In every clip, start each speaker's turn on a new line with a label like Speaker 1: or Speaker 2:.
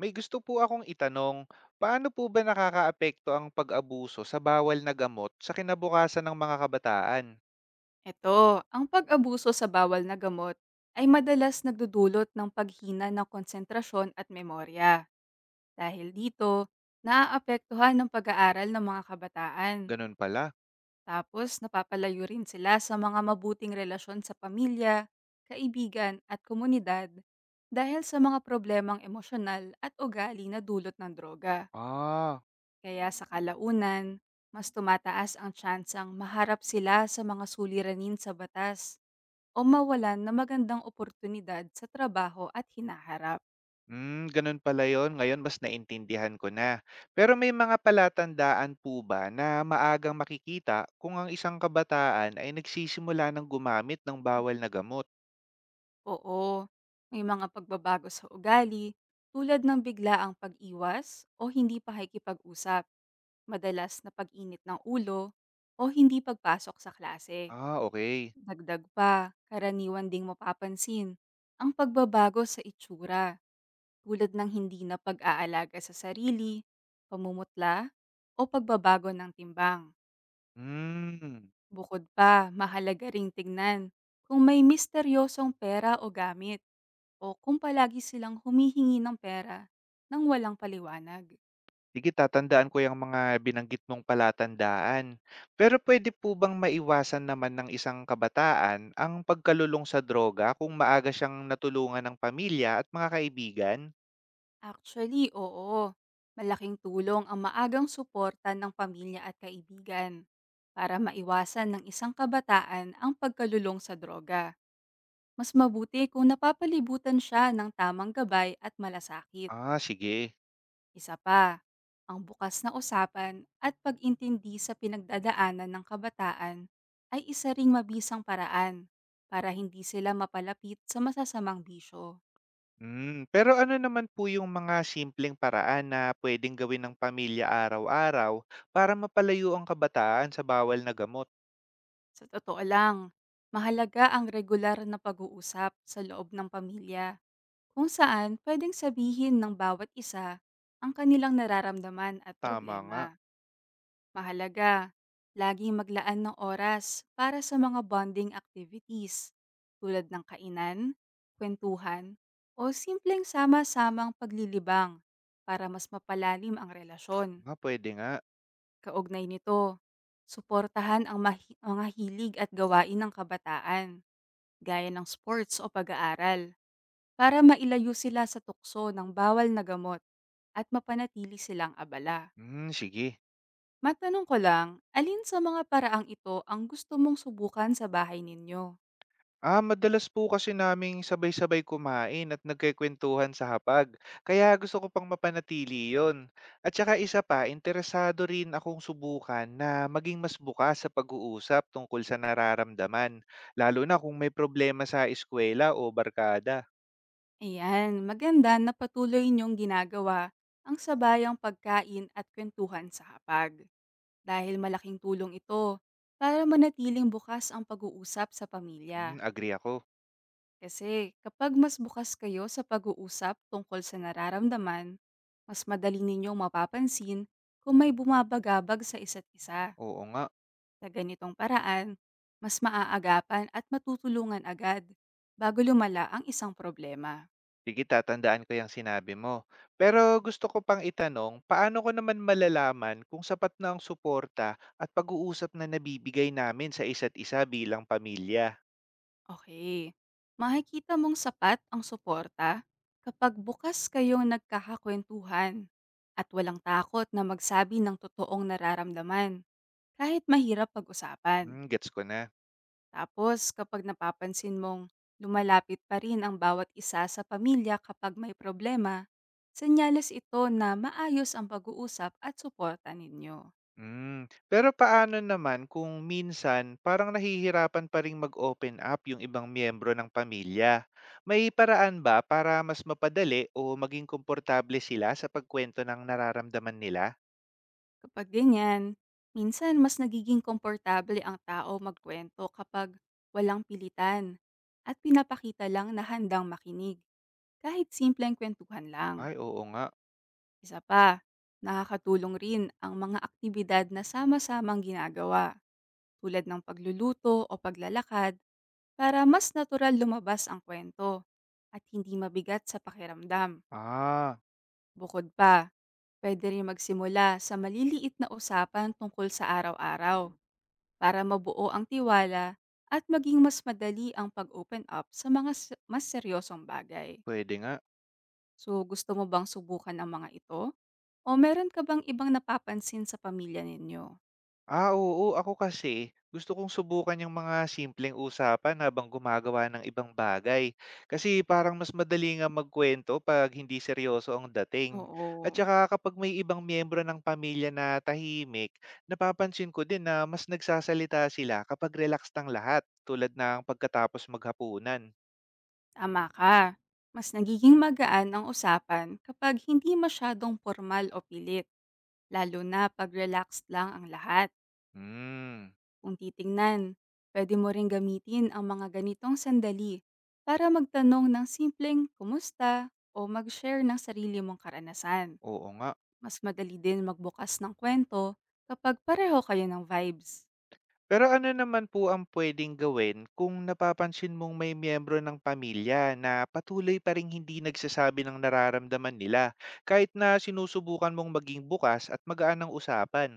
Speaker 1: May gusto po akong itanong, paano po ba nakakaapekto ang pag-abuso sa bawal na gamot sa kinabukasan ng mga kabataan?
Speaker 2: Ito, ang pag-abuso sa bawal na gamot ay madalas nagdudulot ng paghina ng konsentrasyon at memorya. Dahil dito, naaapektuhan ng pag-aaral ng mga kabataan.
Speaker 1: Ganun pala.
Speaker 2: Tapos, napapalayo rin sila sa mga mabuting relasyon sa pamilya, kaibigan at komunidad dahil sa mga problemang emosyonal at ugali na dulot ng droga.
Speaker 1: Ah,
Speaker 2: Kaya sa kalaunan, mas tumataas ang tsansang maharap sila sa mga suliranin sa batas o mawalan ng magandang oportunidad sa trabaho at hinaharap.
Speaker 1: ganun pala yon. Ngayon mas naintindihan ko na. Pero may mga palatandaan po ba na maagang makikita kung ang isang kabataan ay nagsisimula ng gumamit ng bawal na gamot?
Speaker 2: Oo, may mga pagbabago sa ugali tulad ng biglaang pag-iwas o hindi pakikipag-usap, madalas na pag-init ng ulo o hindi pagpasok sa klase.
Speaker 1: Ah, okay.
Speaker 2: Dagdag pa, karaniwan ding mapapansin ang pagbabago sa itsura tulad ng hindi na pag-aalaga sa sarili, pamumutla o pagbabago ng timbang.
Speaker 1: Hmm.
Speaker 2: Bukod pa, mahalaga ring tingnan kung may misteryosong pera o gamit o kung palagi silang humihingi ng pera nang walang paliwanag.
Speaker 1: Sige, tatandaan ko yung mga binanggit mong palatandaan. Pero pwede po bang maiwasan naman ng isang kabataan ang pagkalulong sa droga kung maaga siyang natulungan ng pamilya at mga kaibigan?
Speaker 2: Actually, oo. Malaking tulong ang maagang suporta ng pamilya at kaibigan para maiwasan ng isang kabataan ang pagkalulong sa droga. Mas mabuti kung napapalibutan siya ng tamang gabay at malasakit.
Speaker 1: Ah, sige.
Speaker 2: Isa pa, ang bukas na usapan at pag-intindi sa pinagdadaanan ng kabataan ay isa ring mabisang paraan para hindi sila mapalapit sa masasamang bisyo.
Speaker 1: Pero ano naman po yung mga simpleng paraan na puwedeng gawin ng pamilya araw-araw para mapalayo ang kabataan sa bawal na gamot?
Speaker 2: Sa totoo lang, mahalaga ang regular na pag-uusap sa loob ng pamilya kung saan pwedeng sabihin ng bawat isa ang kanilang nararamdaman at
Speaker 1: Tama nga.
Speaker 2: problema. Mahalaga, laging maglaan ng oras para sa mga bonding activities tulad ng kainan, kwentuhan, o simpleng sama-samang paglilibang para mas mapalalim ang relasyon.
Speaker 1: Nga, puwede nga.
Speaker 2: Kaugnay nito, suportahan ang mga hilig at gawain ng kabataan, gaya ng sports o pag-aaral, para mailayo sila sa tukso ng bawal na gamot at mapanatili silang abala.
Speaker 1: Hmm, sige.
Speaker 2: Matanong ko lang, alin sa mga paraang ito ang gusto mong subukan sa bahay ninyo?
Speaker 1: Ah, madalas po kasi naming sabay-sabay kumain at nagkukwentuhan sa hapag. Kaya gusto ko pang mapanatili yon. At saka isa pa, interesado rin akong subukan na maging mas bukas sa pag-uusap tungkol sa nararamdaman. Lalo na kung may problema sa eskwela o barkada.
Speaker 2: Ayan, maganda na patuloy niyong ginagawa ang sabayang pagkain at kwentuhan sa hapag. Dahil malaking tulong ito para manatiling bukas ang pag-uusap sa pamilya.
Speaker 1: Agree ako.
Speaker 2: Kasi kapag mas bukas kayo sa pag-uusap tungkol sa nararamdaman, mas madali ninyong mapapansin kung may bumabagabag sa isa't isa.
Speaker 1: Oo nga.
Speaker 2: Sa ganitong paraan, mas maaagapan at matutulungan agad bago lumala ang isang problema.
Speaker 1: Sige, tatandaan ko yung sinabi mo. Pero gusto ko pang itanong, paano ko naman malalaman kung sapat na ang suporta at pag-uusap na nabibigay namin sa isa't isa bilang pamilya?
Speaker 2: Okay. Makikita mong sapat ang suporta kapag bukas kayong nagkakakwentuhan at walang takot na magsabi ng totoong nararamdaman kahit mahirap pag-usapan.
Speaker 1: Gets ko na.
Speaker 2: Tapos kapag napapansin mong lumalapit pa rin ang bawat isa sa pamilya kapag may problema, senyales ito na maayos ang pag-uusap at suporta ninyo.
Speaker 1: Hmm, pero paano naman kung minsan parang nahihirapan pa ring mag-open up yung ibang miyembro ng pamilya? May paraan ba para mas mapadali o maging komportable sila sa pagkuwento ng nararamdaman nila?
Speaker 2: Kapag ganyan, minsan mas nagiging komportable ang tao magkwento kapag walang pilitan at pinapakita lang na handang makinig kahit simpleng kwentuhan lang.
Speaker 1: Ay, oo nga.
Speaker 2: Isa pa, nakakatulong rin ang mga aktibidad na sama-samang ginagawa tulad ng pagluluto o paglalakad para mas natural lumabas ang kwento at hindi mabigat sa pakiramdam.
Speaker 1: Ah,
Speaker 2: Bukod pa, pwede rin magsimula sa maliliit na usapan tungkol sa araw-araw para mabuo ang tiwala at maging mas madali ang pag-open up sa mas seryosong bagay.
Speaker 1: pwede nga.
Speaker 2: So, gusto mo bang subukan ang mga ito? O meron ka bang ibang napapansin sa pamilya ninyo?
Speaker 1: Ah, oo. Ako kasi, gusto kong subukan yung mga simpleng usapan habang gumagawa ng ibang bagay. Kasi parang mas madali nga magkwento pag hindi seryoso ang dating. At
Speaker 2: Oo,
Speaker 1: saka kapag may ibang miyembro ng pamilya na tahimik, napapansin ko din na mas nagsasalita sila kapag relaxed ang lahat, tulad ng pagkatapos maghapunan.
Speaker 2: tama ka. Mas nagiging magaan ang usapan kapag hindi masyadong formal o pilit, lalo na pag relaxed lang ang lahat.
Speaker 1: Hmm,
Speaker 2: Kung titingnan, pwede mo ring gamitin ang mga ganitong sandali para magtanong ng simpleng kumusta o mag-share ng sarili mong karanasan.
Speaker 1: oo nga.
Speaker 2: Mas madali din magbukas ng kwento kapag pareho kayo ng vibes.
Speaker 1: Pero ano naman po ang pwedeng gawin kung napapansin mong may miyembro ng pamilya na patuloy pa ring hindi nagsasabi ng nararamdaman nila kahit na sinusubukan mong maging bukas at magaan ang usapan?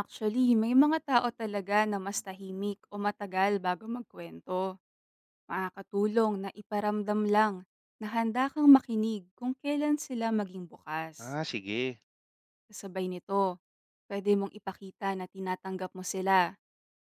Speaker 2: Actually, may mga tao talaga na mas tahimik o matagal bago magkwento. Makakatulong na iparamdam lang na handa kang makinig kung kailan sila maging bukas.
Speaker 1: Ah, sige.
Speaker 2: Kasabay nito, pwede mong ipakita na tinatanggap mo sila.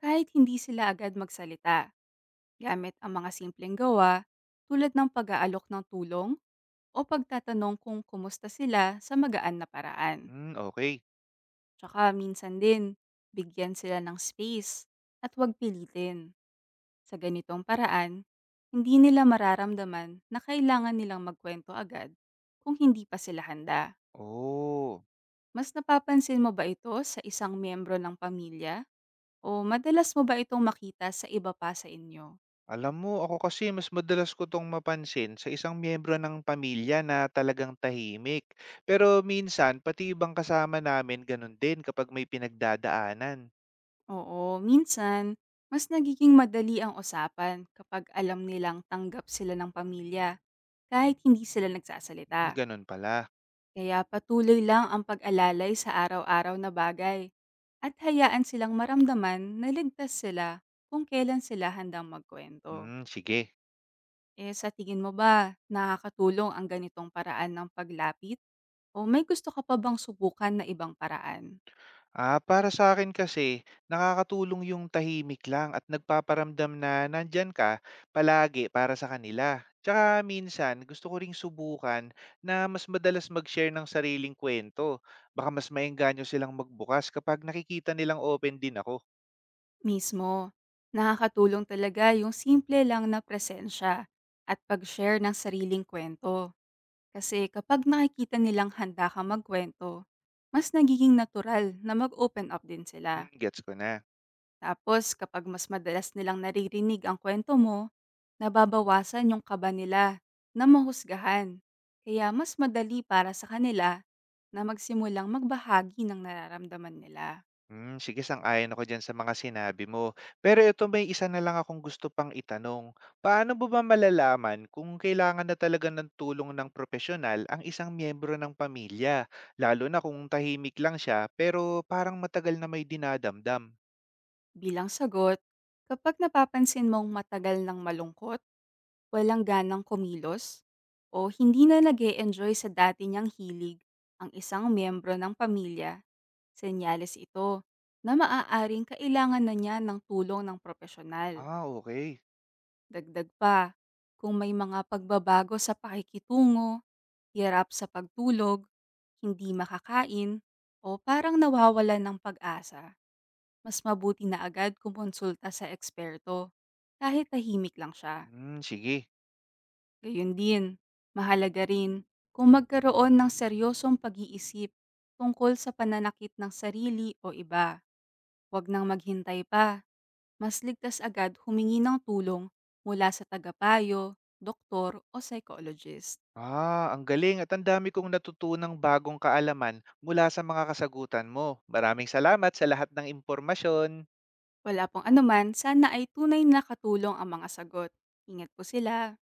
Speaker 2: Kahit hindi sila agad magsalita, gamit ang mga simpleng gawa tulad ng pag-aalok ng tulong o pagtatanong kung kumusta sila sa magaan na paraan.
Speaker 1: Hmm, okay.
Speaker 2: Tsaka minsan din, bigyan sila ng space at huwag pilitin. Sa ganitong paraan, hindi nila mararamdaman na kailangan nilang magkwento agad kung hindi pa sila handa.
Speaker 1: Oh,
Speaker 2: Mas napapansin mo ba ito sa isang miyembro ng pamilya o madalas mo ba itong makita sa iba pa sa inyo?
Speaker 1: alam mo ako kasi mas madalas ko tong mapansin sa isang miyembro ng pamilya na talagang tahimik. Pero minsan pati ibang kasama namin ganun din kapag may pinagdadaanan.
Speaker 2: Oo, minsan, mas nagiging madali ang usapan kapag alam nilang tanggap sila ng pamilya kahit hindi sila nagsasalita.
Speaker 1: Ganun pala.
Speaker 2: Kaya patuloy lang ang pag-alalay sa araw-araw na bagay at hayaan silang maramdaman na ligtas sila kung kailan sila handang magkwento.
Speaker 1: Hmm, sige.
Speaker 2: Eh sa tingin mo ba nakakatulong ang ganitong paraan ng paglapit? O may gusto ka pa bang subukan na ibang paraan?
Speaker 1: Ah, para sa akin kasi nakakatulong yung tahimik lang at nagpaparamdam na nandiyan ka palagi para sa kanila. Tsaka minsan gusto ko ring subukan na mas madalas mag-share ng sariling kwento. Baka mas maengganyo silang magbukas kapag nakikita nilang open din ako.
Speaker 2: Mismo, nakakatulong talaga yung simple lang na presensya at pag-share ng sariling kwento. Kasi kapag nakikita nilang handa ka magkwento, mas nagiging natural na mag-open up din sila.
Speaker 1: Gets ko na.
Speaker 2: Tapos kapag mas madalas nilang naririnig ang kwento mo, nababawasan yung kaba nila na mahusgahan. Kaya mas madali para sa kanila na magsimulang magbahagi ng nararamdaman nila.
Speaker 1: Hmm, sige, sang-ayon ako diyan sa mga sinabi mo. Pero ito, may isa na lang akong gusto pang itanong. Paano mo ba malalaman kung kailangan na talaga ng tulong ng propesyonal ang isang miyembro ng pamilya, lalo na kung tahimik lang siya pero parang matagal na may dinadamdam?
Speaker 2: Bilang sagot, kapag napapansin mong matagal ng malungkot, walang ganang kumilos, o hindi na nag enjoy sa dati niyang hilig ang isang miyembro ng pamilya, senyales ito na maaaring kailangan na niya ng tulong ng profesional.
Speaker 1: Ah, okay.
Speaker 2: Dagdag pa, kung may mga pagbabago sa pakikitungo, hirap sa pagtulog, hindi makakain, o parang nawawala ng pag-asa, mas mabuti na agad kumonsulta sa eksperto, kahit tahimik lang siya.
Speaker 1: Hmm, sige.
Speaker 2: Gayun din, mahalaga rin kung magkaroon ng seryosong pag-iisip tungkol sa pananakit ng sarili o iba. Huwag nang maghintay pa, mas ligtas agad humingi ng tulong mula sa tagapayo, doktor o psychologist.
Speaker 1: Ah, ang galing at ang dami kong natutunang bagong kaalaman mula sa mga kasagutan mo. Maraming salamat sa lahat ng impormasyon.
Speaker 2: Wala pong anuman, sana ay tunay na katulong ang mga sagot. Ingat po sila.